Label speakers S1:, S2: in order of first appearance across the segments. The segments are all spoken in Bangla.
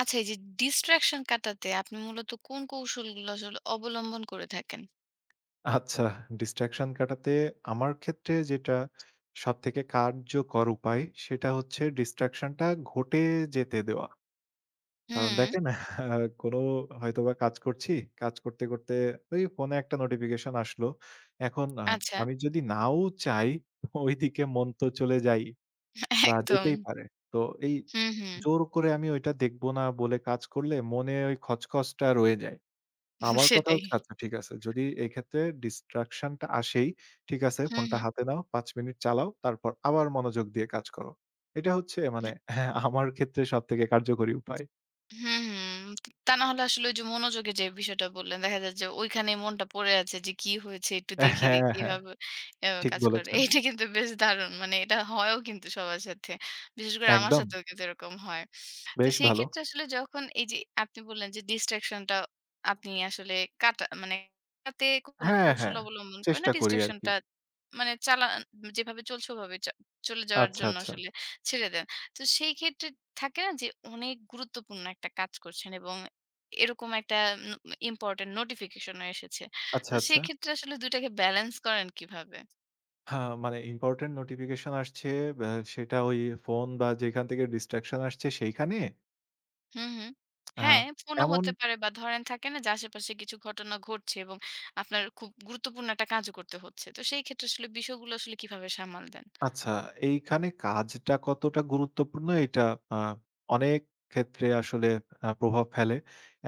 S1: আচ্ছা, এই যে ডিস্ট্রাকশন কাটাতে আপনি মূলত কোন কৌশলগুলো আসলে অবলম্বন করে থাকেন?
S2: আচ্ছা, distraction কাটাতে আমার ক্ষেত্রে যেটা সবথেকে কার্যকর উপায় সেটা হচ্ছে distraction টা ঘটে যেতে দেওয়া। কারণ
S1: হুম।
S2: দেখেন কোন হয়তোবা কাজ করছি, কাজ করতে, করতে ওই ফোনে একটা নোটিফিকেশন আসলো। এখন
S1: আচ্ছা।
S2: আমি যদি নাও চাই ওইদিকে মন তো চলে যাই বা
S1: একদম।
S2: যেতেই পারে। তো এই
S1: হুম, হুম।
S2: জোর করে আমি ওইটা দেখব না বলে কাজ করলে মনে ওই খচখচটা রয়ে যায়। আমার কথা
S1: সেটাই।
S2: হচ্ছে আচ্ছা ঠিক আছে। যদি এই ক্ষেত্রে distraction টা আসেই, ঠিক আছে
S1: হুম,
S2: ফোনটা
S1: হুম।
S2: হাতে নাও, ৫ মিনিট চালাও, তারপর আবার মনোযোগ দিয়ে কাজ করো। এটা হচ্ছে মানে হ্যাঁ, আমার ক্ষেত্রে সবথেকে কার্যকরী উপায়।
S1: হুম, হুম। তা না হলে আসলে ওই যে মনোযোগের যে বিষয়টা বললেন, দেখা যায় যে ওইখানেই মনটা পড়ে আছে যে কি হয়েছে একটু দেখি,
S2: হ্যাঁ,
S1: দেখি
S2: হ্যাঁ,
S1: এভাবে, এভাবে
S2: ঠিক
S1: কাজ করে।
S2: বলেছেন।
S1: এটা কিন্তু বেশ দারুণ। মানে এটা হয়ও কিন্তু সবার সাথে। বিশেষ করে আমার
S2: একদম,
S1: সাথেও কিন্তু এরকম হয়। তো
S2: বেশ
S1: সেই
S2: ভালো।
S1: ক্ষেত্রে আসলে যখন এই যে আপনি বললেন যে distraction টা আপনি আসলে কাটা মানে কাটাতে কোনো
S2: হ্যাঁ,
S1: কৌশল
S2: হ্যাঁ,
S1: অবলম্বন করে না,
S2: চেষ্টা করি
S1: distraction
S2: আরকি।
S1: টা মানে চালান, যেভাবে চলছে ওভাবে চলে যাওয়ার
S2: আচ্ছা,
S1: জন্য
S2: আচ্ছা,
S1: আসলে ছেড়ে দেন। তো সেই ক্ষেত্রে থাকে না যে অনেক গুরুত্বপূর্ণ একটা কাজ করছেন এবং এরকম একটা ইম্পোর্টেন্ট নোটিফিকেশন এসেছে। তো
S2: আচ্ছা, আচ্ছা।
S1: সেক্ষেত্রে আসলে ২ টাকে ব্যালেন্স করেন কিভাবে?
S2: হ্যাঁ, মানে ইম্পোর্টেন্ট নোটিফিকেশন আসছে, ব্যা সেটা ওই ফোন বা যেখান থেকে ডিস্ট্রাকশন আসছে সেইখানে
S1: হুম, হুম।
S2: আ
S1: হ্যাঁ, ফোনও
S2: এমন
S1: হতে পারে, বা ধরেন থাকে না যে আশেপাশে কিছু ঘটনা ঘটছে এবং আপনার খুব গুরুত্বপূর্ণ একটা কাজও করতে হচ্ছে। তো সেই ক্ষেত্রে আসলে বিষয়গুলো আসলে কিভাবে সামাল দেন?
S2: আচ্ছা, এইখানে কাজটা কতটা গুরুত্বপূর্ণ এটা আ অনেক ক্ষেত্রে আসলে প্রভাব ফেলে।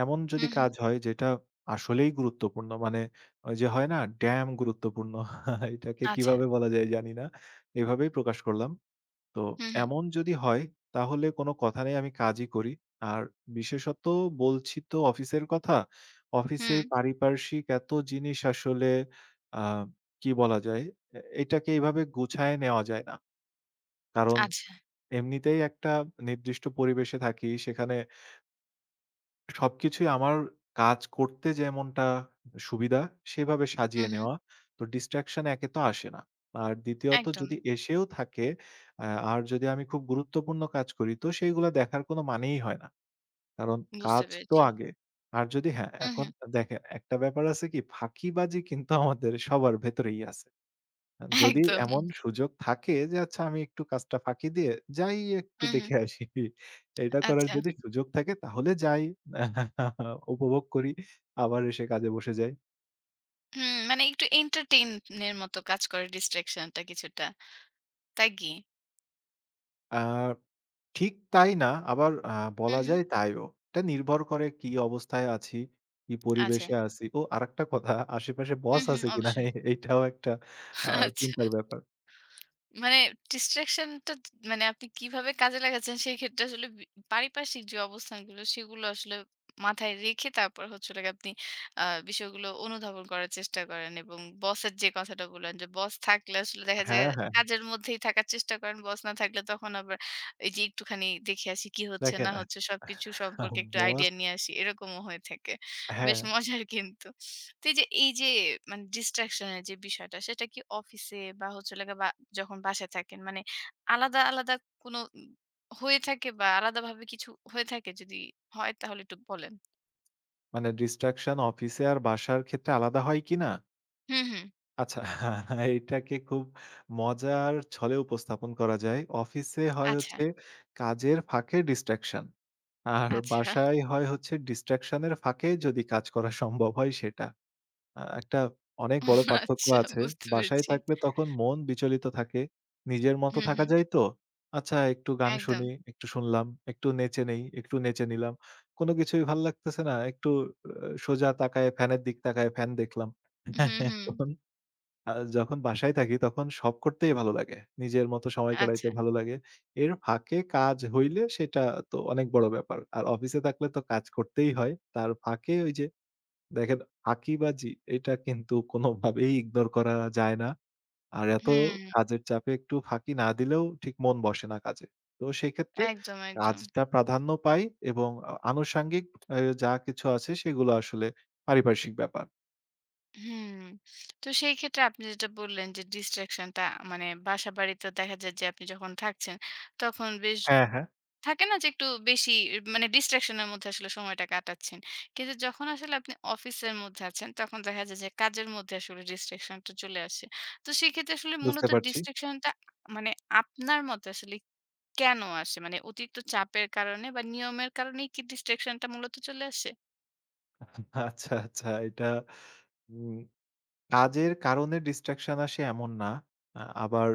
S2: এমন যদি
S1: হুম, হুম।
S2: কাজ হয় যেটা আসলেই গুরুত্বপূর্ণ মানে ওই যে হয় না ড্যাম গুরুত্বপূর্ণ এটাকে
S1: আচ্ছা।
S2: কিভাবে বলা যায় জানি না। এভাবেই প্রকাশ করলাম। তো
S1: হুম, হুম।
S2: এমন যদি হয় তাহলে কোনো কথা নেই আমি কাজই করি। আর বিশেষত বলছি তো অফিসের কথা। অফিসে
S1: হুম।
S2: পারিপার্শ্বিক এত জিনিস আসলে আ কি বলা যায়? এটাকে এভাবে গুছায় নেওয়া যায় না। কারণ
S1: আচ্ছা।
S2: এমনিতেই একটা নির্দিষ্ট পরিবেশে থাকি। সেখানে সবকিছুই আমার কাজ করতে যেমনটা সুবিধা, সেভাবে
S1: হুম,
S2: সাজিয়ে
S1: হুম।
S2: নেওয়া। তো ডিসট্রাকশন একে তো আসে না। আর দ্বিতীয়ত
S1: একদম।
S2: যদি এসেও থাকে, আ আর যদি আমি খুব গুরুত্বপূর্ণ কাজ করি, তো সেইগুলা দেখার কোনো মানেই হয় না। কারণ
S1: বুঝতে
S2: কাজ তো
S1: পেরেছি।
S2: আগে। আর যদি হ্যাঁ,
S1: হুম,
S2: এখন
S1: হুম।
S2: দেখেন একটা ব্যাপার আছে কি ফাঁকিবাজি কিন্তু আমাদের সবার ভেতরেই আছে। যদি
S1: একদম।
S2: এমন সুযোগ থাকে যে আচ্ছা আমি একটু কাজটা ফাঁকি দিয়ে যাই একটু
S1: হুম, হুম।
S2: দেখে আসি। এটা করার
S1: আচ্ছা।
S2: যদি সুযোগ থাকে তাহলে যাই। উপভোগ করি। আবার এসে কাজে বসে যাই।
S1: হুম, মানে একটু এন্টারটেইন এর মতো কাজ করে ডিসট্রাকশন টা কিছুটা। তাই কি?
S2: আ ঠিক তাই না আবার
S1: হু,
S2: বলা
S1: হু।
S2: যায় তাইও। এটা নির্ভর করে কি অবস্থায় আছি, কি
S1: আচ্ছা।
S2: পরিবেশে আছি। ও আরেকটা কথা আশেপাশে
S1: হু,
S2: বস
S1: হু,
S2: আছে কিনা
S1: অবশ্যই।
S2: এইটাও একটা আ
S1: আচ্ছা।
S2: চিন্তার ব্যাপার।
S1: মানে distraction টা মানে আপনি কিভাবে কাজে লাগাচ্ছেন, সেই ক্ষেত্রে আসলে পারিপার্শ্বিক যে অবস্থানগুলো সেগুলো আসলে মাথায় রেখে তারপর হচ্ছে হলো গিয়ে আপনি আ বিষয়গুলো অনুধাবন করার চেষ্টা করেন, এবং বসের যে কথাটা বললেন যে বস থাকলে আসলে দেখা যায়
S2: হ্যাঁ, হ্যাঁ।
S1: কাজের মধ্যেই থাকার চেষ্টা করেন। বস না থাকলে তখন আবার এই যে একটুখানি দেখে আসি কি হচ্ছে না
S2: দেখেন
S1: হচ্ছে, সবকিছু সম্পর্কে একটু
S2: বস
S1: আইডিয়া নিয়ে আসি। এরকমও হয়ে থাকে। বেশ
S2: হ্যাঁ,
S1: মজার কিন্তু। তো এই যে মানে ডিস্ট্রাকশন এর যে বিষয়টা, সেটা কি অফিসে বা হচ্ছে লাগে, বা যখন বাসায় থাকেন মানে আলাদা আলাদা কোনো হয়ে থাকে বা আলাদাভাবে কিছু হয়ে থাকে, যদি হয় তাহলে একটু বলেন।
S2: মানে ডিস্ট্রাকশন অফিসে আর বাসার ক্ষেত্রে আলাদা হয় কিনা?
S1: হুম, হুম।
S2: আচ্ছা এটাকে খুব মজার ছলে উপস্থাপন করা যায়। অফিসে হয়
S1: আচ্ছা,
S2: হচ্ছে কাজের ফাঁকে ডিসট্রাকশন। আর
S1: আচ্ছা।
S2: বাসায় হয় হচ্ছে ডিসট্রাকশন এর ফাঁকে যদি কাজ করা সম্ভব হয় সেটা। একটা অনেক বড় পার্থক্য
S1: আচ্ছা,
S2: আছে।
S1: বুঝতে
S2: বাসায়
S1: পেরেছি।
S2: থাকলে তখন মন বিচলিত থাকে। নিজের মতো
S1: হুম,
S2: থাকা
S1: হুম।
S2: যায় তো। আচ্ছা একটু গান
S1: একদম।
S2: শুনি, একটু শুনলাম, একটু নেচে নেই, একটু নেচে নিলাম। কোন কিছুই ভাল লাগতেছে না। একটু আ সোজা তাকায়ে ফ্যানের দিক তাকায়ে ফ্যান দেখলাম।
S1: হুম, হুম।
S2: আ যখন বাসায় থাকি তখন শখ করতেই ভালো লাগে। নিজের মতো সময়
S1: আচ্ছা।
S2: কাটাইতে ভালো লাগে। এর ফাঁকে কাজ হইলে সেটা তো অনেক বড় ব্যাপার। আর অফিসে থাকলে তো কাজ করতেই হয়। তার ফাঁকে ওই যে দেখেন ফাঁকিবাজি এটা কিন্তু কোনোভাবেই ইগনোর করা যায় না। আর এত
S1: হুম।
S2: কাজের চাপে একটু ফাঁকি না দিলেও ঠিক মন বসে না কাজে। তো সেক্ষেত্রে
S1: একদম, একদম।
S2: কাজটা প্রাধান্য পায় এবং আনুষাঙ্গিক যা কিছু আছে সেগুলো আসলে পারিপার্শ্বিক ব্যাপার।
S1: হুম। তো সেই ক্ষেত্রে আপনি যেটা বললেন যে ডিস্ট্রাকশনটা মানে বাসা-বাড়িতে দেখা যায় যে আপনি যখন থাকছেন তখন বেশ
S2: হ্যাঁ, হ্যাঁ
S1: থাকে না যে একটু বেশি মানে ডিস্ট্রাকশন এর মধ্যে আসলে সময়টা কাটাচ্ছেন। কিন্তু যখন আসলে আপনি অফিসের মধ্যে আছেন তখন দেখা যায় যে কাজের মধ্যে আসলে ডিস্ট্রাকশনটা চলে আসে। তো সেক্ষেত্রে আসলে
S2: বুঝতে
S1: মূলত
S2: পারছি।
S1: ডিস্ট্রাকশনটা মানে আপনার মতে আসলে কেন আসে? মানে অতিরিক্ত চাপের কারণে বা নিয়মের কারণেই কি ডিস্ট্রাকশনটা মূলত চলে আসে?
S2: আচ্ছা, আচ্ছা এটা উম কাজের কারণে ডিসট্রাকশন আসে এমন না। আবার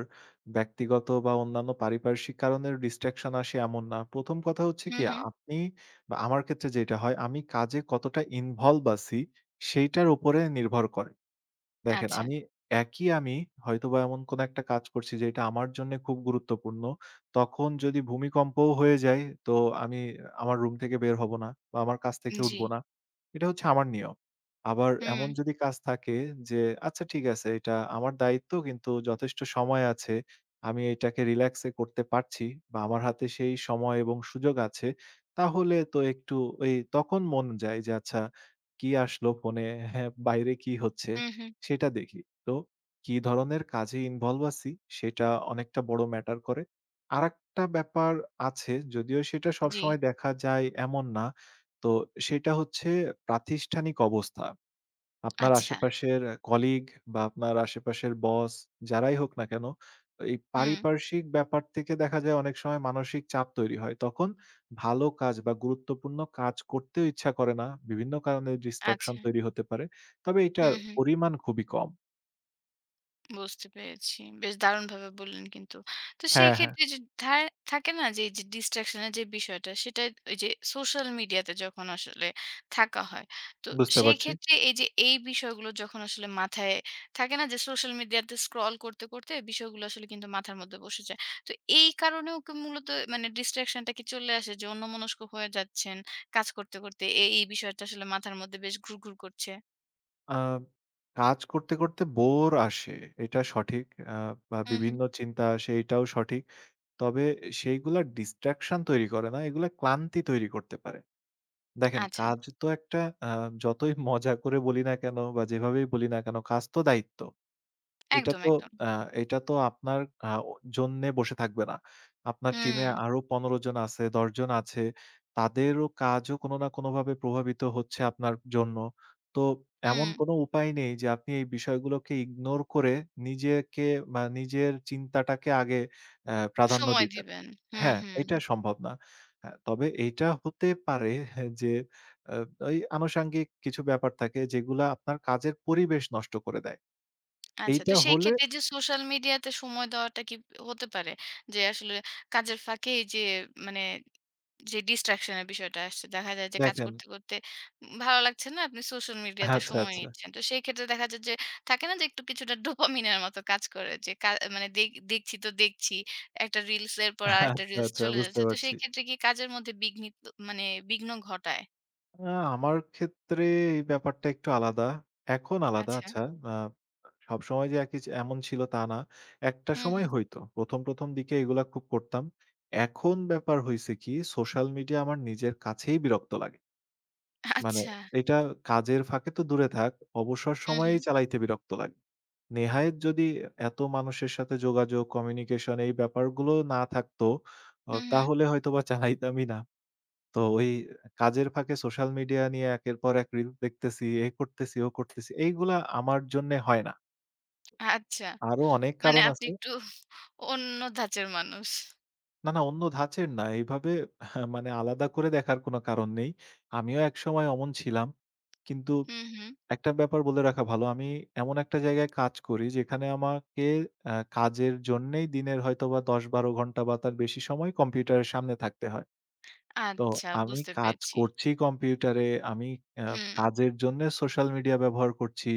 S2: ব্যক্তিগত বা অন্যান্য পারিপার্শ্বিক কারণেও ডিসট্রাকশন আসে এমন না। ১ম কথা হচ্ছে
S1: হুম,
S2: কি
S1: হুম।
S2: আপনি বা আমার ক্ষেত্রে যেটা হয় আমি কাজে কতটা ইনভলভ আছি সেইটার উপরে নির্ভর করে। দেখেন
S1: আচ্ছা।
S2: আমি একই আমি হয়তোবা এমন কোনো একটা কাজ করছি যেটা আমার জন্যে খুব গুরুত্বপূর্ণ। তখন যদি ভূমিকম্পও হয়ে যায় তো আমি আমার রুম থেকে বের হব না বা আমার কাজ থেকে
S1: জি।
S2: উঠব না। এটা হচ্ছে আমার নিয়ম। আবার
S1: হুম,
S2: এমন যদি কাজ থাকে যে আচ্ছা ঠিক আছে এটা আমার দায়িত্ব কিন্তু যথেষ্ট সময় আছে। আমি এটাকে রিল্যাক্সে করতে পারছি বা আমার হাতে সেই সময় এবং সুযোগ আছে। তাহলে তো একটু ওই তখন মন যায় যে আচ্ছা কি আসলো ফোনে? হ্যাঁ, বাইরে কি হচ্ছে?
S1: হুম, হুম।
S2: সেটা দেখি। তো কি ধরনের কাজে ইনভলভ আছি সেটা অনেকটা বড় ম্যাটার করে। আরেকটা ব্যাপার আছে যদিও সেটা
S1: জি।
S2: সবসময় দেখা যায় এমন না। তো সেটা হচ্ছে প্রাতিষ্ঠানিক অবস্থা। আপনার
S1: আচ্ছা।
S2: আশেপাশের কলিগ বা আপনার আশেপাশের বস যারাই হোক না কেন, এই
S1: হুম।
S2: পারিপার্শ্বিক ব্যাপার থেকে দেখা যায় অনেক সময় মানসিক চাপ তৈরি হয়। তখন ভালো কাজ বা গুরুত্বপূর্ণ কাজ করতেও ইচ্ছা করে না। বিভিন্ন কারণে distraction
S1: আচ্ছা।
S2: তৈরি হতে পারে। তবে এটার
S1: হুম, হুম।
S2: পরিমাণ খুবই কম।
S1: বুঝতে পেরেছি। বেশ দারুণভাবে বললেন কিন্তু। তো সেই
S2: হ্যাঁ, হ্যাঁ,
S1: ক্ষেত্রে যে থাকে না যে, এই যে ডিসট্রাকশন এর যে বিষয়টা, সেটা ওই যে সোশ্যাল মিডিয়াতে যখন আসলে থাকা হয়। তো
S2: বুঝতে
S1: সেই
S2: পারছি।
S1: ক্ষেত্রে এই যে এই বিষয়গুলো যখন আসলে মাথায় থাকে না যে সোশ্যাল মিডিয়াতে স্ক্রল করতে, করতে বিষয়গুলো আসলে কিন্তু মাথার মধ্যে বসে যায়। তো এই কারণেও কি মূলত মানে ডিসট্রাকশন টা কি চলে আসে যে অন্যমনস্ক হয়ে যাচ্ছেন কাজ করতে, করতে এই বিষয়টা আসলে মাথার মধ্যে বেশ ঘুরঘুর করছে?
S2: আ কাজ করতে, করতে বোর আসে, এটা সঠিক। আ বা
S1: হুম, হুম।
S2: বিভিন্ন চিন্তা আসে, এটাও সঠিক। তবে সেইগুলা distraction তৈরি করে না, এগুলা ক্লান্তি তৈরি করতে পারে। দেখেন
S1: আচ্ছা।
S2: কাজ তো একটা আ যতই মজা করে বলি না কেন বা যেভাবেই বলি না কেন কাজ তো দায়িত্ব। এটা
S1: একদম,
S2: তো
S1: একদম।
S2: আ এটা তো আপনার আ ও জন্যে বসে থাকবে না। আপনার
S1: হুম,
S2: টিমে আরো ১৫ জন আছে, ১০ জন আছে। তাদেরও কাজও কোনো না কোনোভাবে প্রভাবিত হচ্ছে আপনার জন্য। তো এমন
S1: হুম।
S2: কোনো উপায় নেই যে আপনি এই বিষয়গুলোকে ইগনোর করে নিজেকে বা নিজের চিন্তাটাকে আগে প্রাধান্য
S1: সময়
S2: দিবেন।
S1: দিবেন। হুম,
S2: হ্যাঁ,
S1: হুম।
S2: এটা সম্ভব না। হ্যাঁ, তবে এইটা হতে পারে হ্যাঁ, যে আ ওই আনুষাঙ্গিক কিছু ব্যাপার থাকে যেগুলা আপনার কাজের পরিবেশ নষ্ট করে দেয়।
S1: আচ্ছা, তো
S2: এইটা
S1: সেই
S2: হলে
S1: ক্ষেত্রে যে সোশ্যাল মিডিয়াতে সময় দেওয়াটা কি হতে পারে? যে আসলে কাজের ফাঁকে এই যে মানে যে ডিস্ট্রাকশন এর বিষয়টা আসছে। দেখা যায় যে কাজ
S2: দেখেন।
S1: করতে, করতে ভালো লাগছে না, আপনি সোশ্যাল মিডিয়াতে
S2: আচ্ছা,
S1: সময়
S2: আচ্ছা।
S1: নিচ্ছেন। তো সেই ক্ষেত্রে দেখা যায় যে থাকে না যে একটু কিছুটা ডোপামিনের মতো কাজ করে যে মানে দেখ দেখছি তো দেখছি। একটা রিলস এর পর
S2: আচ্ছা,
S1: আরেকটা রিলস
S2: আচ্ছা
S1: চলে
S2: বুঝতে
S1: যাচ্ছে। তো সেই
S2: পারছি।
S1: ক্ষেত্রে কি কাজের মধ্যে বিঘ্নিত মানে বিঘ্ন ঘটায়?
S2: আ আমার ক্ষেত্রে এই ব্যাপারটা একটু আলাদা। এখন আলাদা
S1: আচ্ছা।
S2: আচ্ছা। আ সবসময় যে একই যে এমন ছিল তা না। একটা
S1: হুম,
S2: সময়
S1: হুম।
S2: হইতো। ১ম দিকে এগুলা খুব করতাম। এখন ব্যাপার হইছে কি সোশ্যাল মিডিয়া আমার নিজের কাছেই বিরক্ত লাগে। মানে
S1: আচ্ছা।
S2: এটা কাজের ফাঁকে তো দূরে থাক, অবসর
S1: হুম, হুম।
S2: সময়েই চালাইতে বিরক্ত লাগে। নেহায়েত যদি এত মানুষের সাথে যোগাযোগ, কমিউনিকেশন এই ব্যাপারগুলো না থাকতো,
S1: হুম, হুম।
S2: তাহলে হয়তোবা চালাইতামই না। তো ওই কাজের ফাঁকে সোশ্যাল মিডিয়া নিয়ে একের পর এক রিল দেখতেছি, এ করতেছি, ও করতেছি। এইগুলা আমার জন্যে হয় না।
S1: আচ্ছা।
S2: আরো অনেক
S1: মানে
S2: কারণ
S1: আপনি
S2: আছে।
S1: একটু অন্য ধাঁচের মানুষ।
S2: না, না অন্য ধাঁচের না। এইভাবে মানে আলাদা করে দেখার কোনো কারণ নেই। আমিও একসময় অমন ছিলাম। কিন্তু
S1: হুম, হুম।
S2: একটা ব্যাপার বলে রাখা ভালো। আমি এমন একটা জায়গায় কাজ করি যেখানে আমাকে কাজের জন্যেই দিনের হয়তোবা ১০-১২ ঘন্টা বা তার বেশি সময় কম্পিউটারের সামনে থাকতে হয়। তো
S1: আচ্ছা,
S2: আমি
S1: বুঝতে
S2: কাজ
S1: পেরেছি।
S2: করছি কম্পিউটারে, আমি আ
S1: হুম,
S2: কাজের জন্যে সোশ্যাল মিডিয়া ব্যবহার করছি।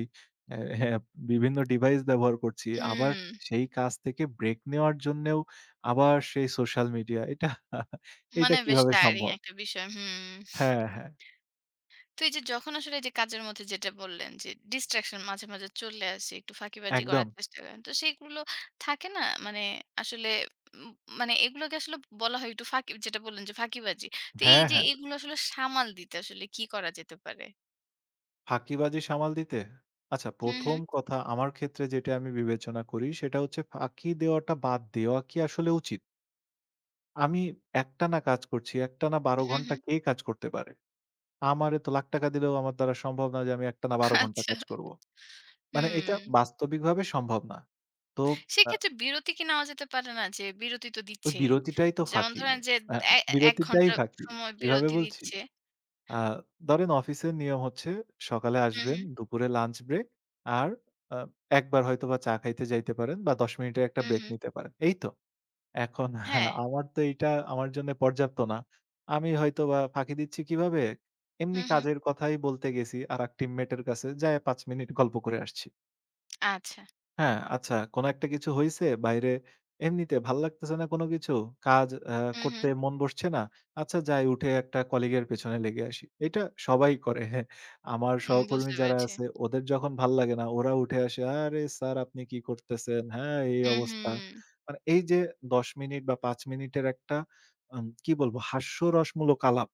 S2: হ্যাঁ, বিভিন্ন ডিভাইস ব্যবহার করছি। আবার
S1: হুম।
S2: সেই কাজ থেকে ব্রেক নেওয়ার জন্যেও আবার সেই সোশ্যাল মিডিয়া। এটা এটা
S1: মানে বেশ
S2: কিভাবে
S1: টায়ারিং
S2: সম্ভব?
S1: একটা বিষয়। হুম।
S2: হ্যাঁ, হ্যাঁ,
S1: তো এই যে যখন আসলে এই যে কাজের মধ্যে যেটা বললেন যে ডিসট্রাকশন মাঝে, মাঝে চলে আসে, একটু ফাঁকিবাজি করার
S2: একদম।
S1: চেষ্টা করেন। তো সেইগুলো থাকে না, মানে আসলে উম মানে এগুলোকে আসলে বলা হয় একটু ফাঁকি, যেটা বললেন যে ফাঁকিবাজি। তো এই
S2: হ্যাঁ,
S1: যে
S2: হ্যাঁ,
S1: এগুলো আসলে সামাল দিতে আসলে কি করা যেতে পারে?
S2: ফাঁকিবাজি সামাল দিতে? আচ্ছা
S1: হুম,
S2: ১ম
S1: হুম,
S2: কথা আমার ক্ষেত্রে যেটা আমি বিবেচনা করি সেটা হচ্ছে ফাঁকি দেওয়াটা বাদ দেওয়া কি আসলে উচিত? আমি একটানা কাজ করছি। একটানা ১২
S1: হুম,
S2: ঘন্টা
S1: হুম।
S2: কে কাজ করতে পারে? আমারে তো লাখ টাকা দিলেও আমার দ্বারা সম্ভব না যে আমি একটানা ১২ ঘন্টা
S1: আচ্ছা।
S2: কাজ করব। মানে এটা
S1: হুম।
S2: বাস্তবিকভাবে সম্ভব না। তো আ
S1: সেক্ষেত্রে বিরতি কি নেওয়া যেতে পারে না? যে বিরতি তো
S2: ওই
S1: দিচ্ছেই।
S2: বিরতিটাই তো
S1: যেমন
S2: ফাঁকি।
S1: ধরেন যে
S2: আ
S1: এ
S2: বিরতিটাই
S1: ১ ঘন্টা
S2: ফাঁকি।
S1: সময়
S2: কিভাবে
S1: বিরতি
S2: বলছি?
S1: দিচ্ছে।
S2: আ ধরেন অফিসের নিয়ম হচ্ছে সকালে
S1: হুম,
S2: আসবেন,
S1: হুম,
S2: দুপুরে লাঞ্চ ব্রেক আর আ একবার হয়তোবা চা খাইতে যাইতে পারেন বা ১০ মিনিটের একটা
S1: হুম,
S2: ব্রেক
S1: হুম।
S2: নিতে পারেন। এই তো। এখন
S1: হ্যাঁ,
S2: আমার তো এইটা আমার জন্য পর্যাপ্ত না। আমি হয়তোবা ফাঁকি দিচ্ছি কিভাবে? এমনি
S1: হুম, হুম।
S2: কাজের কথাই বলতে গেছি আরেক টিমমেটের কাছে যায়া ৫ মিনিট গল্প করে আসছি।
S1: আচ্ছা।
S2: হ্যাঁ, আচ্ছা কোন একটা কিছু হইছে বাইরে এমনিতে ভাল লাগতেছে না কোনো কিছু, কাজ
S1: হুম, হুম।
S2: করতে মন বসছে না। আচ্ছা যাই উঠে একটা কলিগের পেছনে লেগে আসি। এটা সবাই করে। হ্যাঁ, আমার সহকর্মী
S1: বুঝতে
S2: যারা
S1: পেরেছি।
S2: আছে ওদের যখন ভাল লাগে না ওরা উঠে আসে, "আরে স্যার আপনি কি করতেছেন? হ্যাঁ, এই
S1: হুম,
S2: অবস্থা।"
S1: হুম।
S2: মানে এই যে ১০ মিনিট বা ৫ মিনিটের একটা কি বলবো হাস্যরসমূলক আলাপ।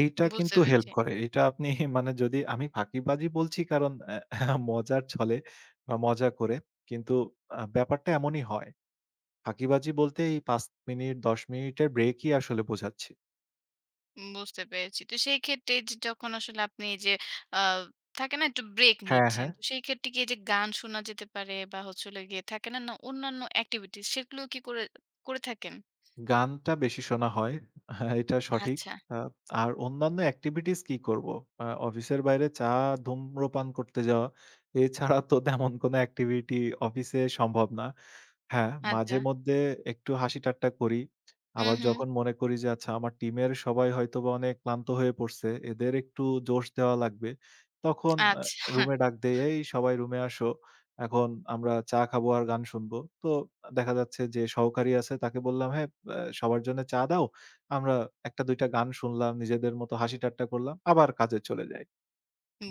S2: এইটা
S1: বুঝতে
S2: কিন্তু
S1: পেরেছি,
S2: হেল্প করে। এইটা আপনি মানে যদি আমি ফাঁকিবাজি বলছি কারণ মজার ছলে বা মজা করে। কিন্তু ব্যাপারটা এমনই হয়। ফাঁকিবাজি বলতে এই ৫ মিনিট ১০ মিনিটের ব্রেকই আসলে বোঝাচ্ছি।
S1: বুঝতে পেরেছি। তো সেই ক্ষেত্রে যে যখন আসলে আপনি এই যে আ থাকে না একটু ব্রেক
S2: হ্যাঁ,
S1: নিচ্ছেন।
S2: হ্যাঁ।
S1: তো সেই ক্ষেত্রে কি এই যে গান শোনা যেতে পারে, বা হচ্ছে হলো গিয়ে থাকে না, না অন্যান্য এক্টিভিটিস সেগুলো কি করে করে থাকেন?
S2: গানটা বেশি শোনা হয়। হ্যাঁ, এটা সঠিক।
S1: আচ্ছা,
S2: আ আর অন্যান্য এক্টিভিটিস কি করব? অফিসের বাইরে চা ধূম্রপান করতে যাওয়া, এছাড়া তো তেমন কোনো এক্টিভিটি অফিসে সম্ভব না। হ্যাঁ,
S1: আচ্ছা।
S2: মাঝেমধ্যে একটু হাসি-ঠাট্টা করি।
S1: হুম,
S2: আবার
S1: হুম।
S2: যখন মনে করি যে আচ্ছা আমার টিমের সবাই হয়তোবা অনেক ক্লান্ত হয়ে পড়ছে, এদের একটু জোশ দেওয়া লাগবে। তখন
S1: আচ্ছা।
S2: রুমে ডাক দেই, "এই সবাই রুমে আসো। এখন আমরা চা খাবো আর গান শুনবো।" তো দেখা যাচ্ছে যে সহকারী আছে তাকে বললাম, "হ্যাঁ সবার জন্য চা দাও। আমরা ১ ২ টা গান শুনলাম, নিজেদের মতো হাসি-ঠাট্টা করলাম, আবার কাজে চলে যাই।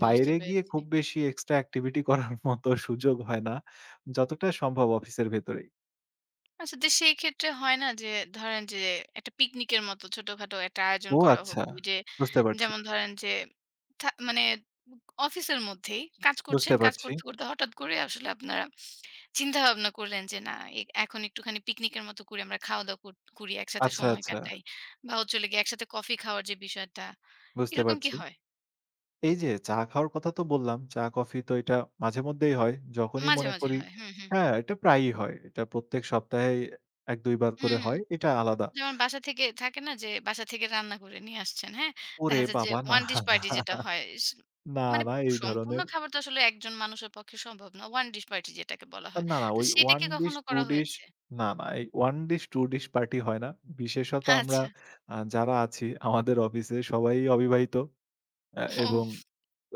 S1: বুঝতে
S2: বাইরে গিয়ে
S1: পেরেছি।
S2: খুব বেশি এক্সট্রা এক্টিভিটি করার মতো সুযোগ হয় না, যতটা সম্ভব অফিসের ভেতরেই।
S1: আচ্ছা, তো সেই ক্ষেত্রে হয় না যে ধরেন যে একটা পিকনিকের মতো ছোটখাটো একটা আয়োজন
S2: ও
S1: করা হলো।
S2: আচ্ছা!
S1: ওই যে
S2: বুঝতে পারছি,
S1: যেমন ধরেন যে মানে অফিসের মধ্যেই কাজ করছেন,
S2: বুঝতে
S1: কাজ
S2: পারছি।
S1: করতে, করতে হঠাৎ করে আসলে আপনারা চিন্তাভাবনা করলেন যে না, এখন একটুখানি পিকনিকের মতো করে আমরা খাওয়া-দাওয়া করি, একসাথে
S2: আচ্ছা,
S1: সময়
S2: আচ্ছা,
S1: কাটাই বা হচ্ছে হলো গিয়ে একসাথে কফি খাওয়ার যে বিষয়টা,
S2: বুঝতে
S1: এরকম কি
S2: পারছি।
S1: হয়?
S2: এই যে চা খাওয়ার কথা তো বললাম, চা-কফি তো এটা মাঝেমধ্যেই হয়। যখনই
S1: মাঝে,
S2: মনে
S1: মাঝে
S2: করি
S1: হয়। হুম, হুম।
S2: হ্যাঁ, এটা প্রায়ই হয়। এটা প্রত্যেক সপ্তাহেই ১ ২ বার
S1: হুম,
S2: করে
S1: হুম।
S2: হয়। এটা আলাদা।
S1: যেমন বাসা থেকে থাকে না যে বাসা থেকে রান্না করে নিয়ে আসছেন, হ্যাঁ?
S2: ওরে
S1: দেখা যায় যে
S2: বাবা! না,
S1: ওয়ান ডিশ পার্টি যেটা হয়, স
S2: না,
S1: মানে
S2: না এই
S1: সম্পূর্ণ
S2: ধরনের
S1: খাবার তো আসলে একজন মানুষের পক্ষে সম্ভব না। ওয়ান ডিশ পার্টি যেটাকে বলা হয়।
S2: না, না
S1: তো
S2: ওই
S1: সেটা
S2: 1
S1: কি
S2: ডিশ
S1: কখনো
S2: 2
S1: করা
S2: ডিশ
S1: হয়েছে?
S2: না, না এই 1 ডিশ 2 ডিশ পার্টি হয় না। বিশেষত আমরা
S1: আচ্ছা।
S2: যারা আছি আমাদের অফিসে সবাই অবিবাহিত
S1: ও,
S2: এবং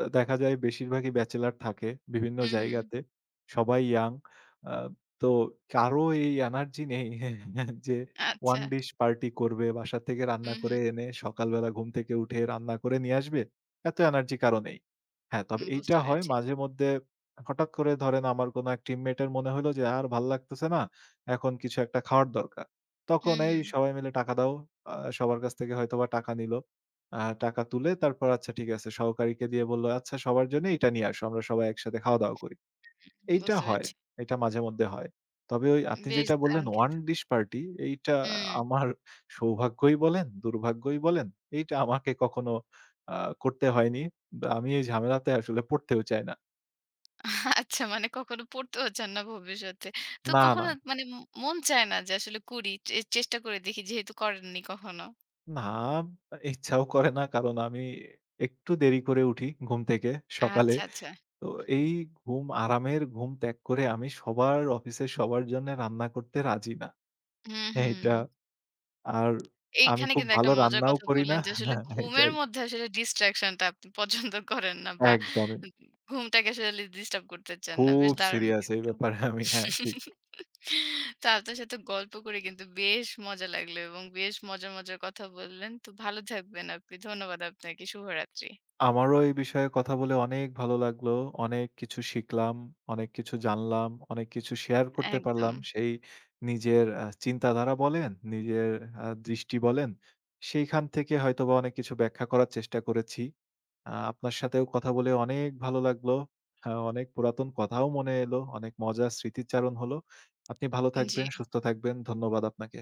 S2: দেখা যায় বেশিরভাগই ব্যাচেলর থাকে বিভিন্ন
S1: হুম, হুম।
S2: জায়গাতে। সবাই ইয়াং। আ তো কারো এই এনার্জি নেই যে
S1: আচ্ছা।
S2: ওয়ান ডিশ পার্টি করবে, বাসা থেকে রান্না
S1: হুম, হুম।
S2: করে এনে সকালবেলা ঘুম থেকে উঠে রান্না করে নিয়ে আসবে। এত এনার্জি কারো নেই। হ্যাঁ, তবে এইটা
S1: বুঝতে
S2: হয়
S1: পেরেছি।
S2: মাঝেমধ্যে হঠাৎ করে ধরেন আমার কোনো এক টিমমেট এর মনে হইলো যে আর ভাল লাগতেছে না। এখন কিছু একটা খাওয়ার দরকার। তখন
S1: হুম,
S2: এই
S1: হুম।
S2: সবাই মিলে টাকা দাও। সবার কাছ থেকে হয়তোবা টাকা নিল। আ টাকা তুলে তারপর আচ্ছা ঠিক আছে সহকারীকে দিয়ে বলল, "আচ্ছা সবার জন্য এটা নিয়ে আসো। আমরা সবাই একসাথে খাওয়া-দাওয়া করি।" এইটা
S1: বুঝতে
S2: হয়।
S1: পেরেছি।
S2: এটা মাঝেমধ্যে হয়। তবে ওই আপনি
S1: বেশ
S2: যেটা বললেন
S1: দারুণ
S2: one
S1: কিন্তু।
S2: dish party এইটা
S1: হুম।
S2: আমার সৌভাগ্যই বলেন, দুর্ভাগ্যই বলেন, এইটা আমাকে কখনো আ করতে হয়নি। বা আমি এই ঝামেলাতে আসলে পড়তেও চাই না।
S1: আচ্ছা, মানে কখনো পড়তেও চান না ভবিষ্যতে। তো
S2: না,
S1: কখনো
S2: না,
S1: মানে মন চায় না যে আসলে করি। চেষ্টা করে দেখি যেহেতু করেননি কখনো।
S2: না ইচ্ছাও করে না কারণ আমি একটু দেরি করে উঠি ঘুম থেকে সকালে।
S1: আচ্ছা, আচ্ছা।
S2: তো এই আরামের ঘুম ত্যাগ করে আমি সবার অফিসের সবার জন্য রান্না করতে রাজি না।
S1: হুম, হুম।
S2: এইটা আর আমি
S1: এইখানে
S2: খুব
S1: কিন্তু একটা
S2: ভালো
S1: মজার
S2: রান্নাও
S1: কথা
S2: করি না।
S1: বললেন যে আসলে
S2: হ্যাঁ,
S1: ঘুমের
S2: এটাই।
S1: মধ্যে আসলে distraction টা আপনি পছন্দ করেন না, বা
S2: একদমই।
S1: ঘুমটাকে আসলে ডিস্টার্ব করতে চান না।
S2: খুব
S1: বেশ দারুণ
S2: সিরিয়াস এই
S1: কিন্তু।
S2: ব্যাপারে আমি। হ্যাঁ, ঠিক।
S1: তো আপনার সাথে গল্প করে কিন্তু বেশ মজা লাগলো এবং বেশ মজার, মজার কথা বললেন। তো ভালো থাকবেন আপনি। ধন্যবাদ আপনাকে। শুভরাত্রি।
S2: আমারও এই বিষয়ে কথা বলে অনেক ভালো লাগলো। অনেক কিছু শিখলাম, অনেক কিছু জানলাম, অনেক কিছু শেয়ার করতে
S1: একদম।
S2: পারলাম। সেই নিজের চিন্তাধারা বলেন, নিজের দৃষ্টি বলেন, সেইখান থেকে হয়তোবা অনেক কিছু ব্যাখ্যা করার চেষ্টা করেছি। আপনার সাথেও কথা বলে অনেক ভালো লাগলো। হ্যাঁ, অনেক পুরাতন কথাও মনে এলো, অনেক মজার স্মৃতিচারণ হলো। আপনি ভালো
S1: জি।
S2: থাকবেন, সুস্থ থাকবেন। ধন্যবাদ আপনাকে।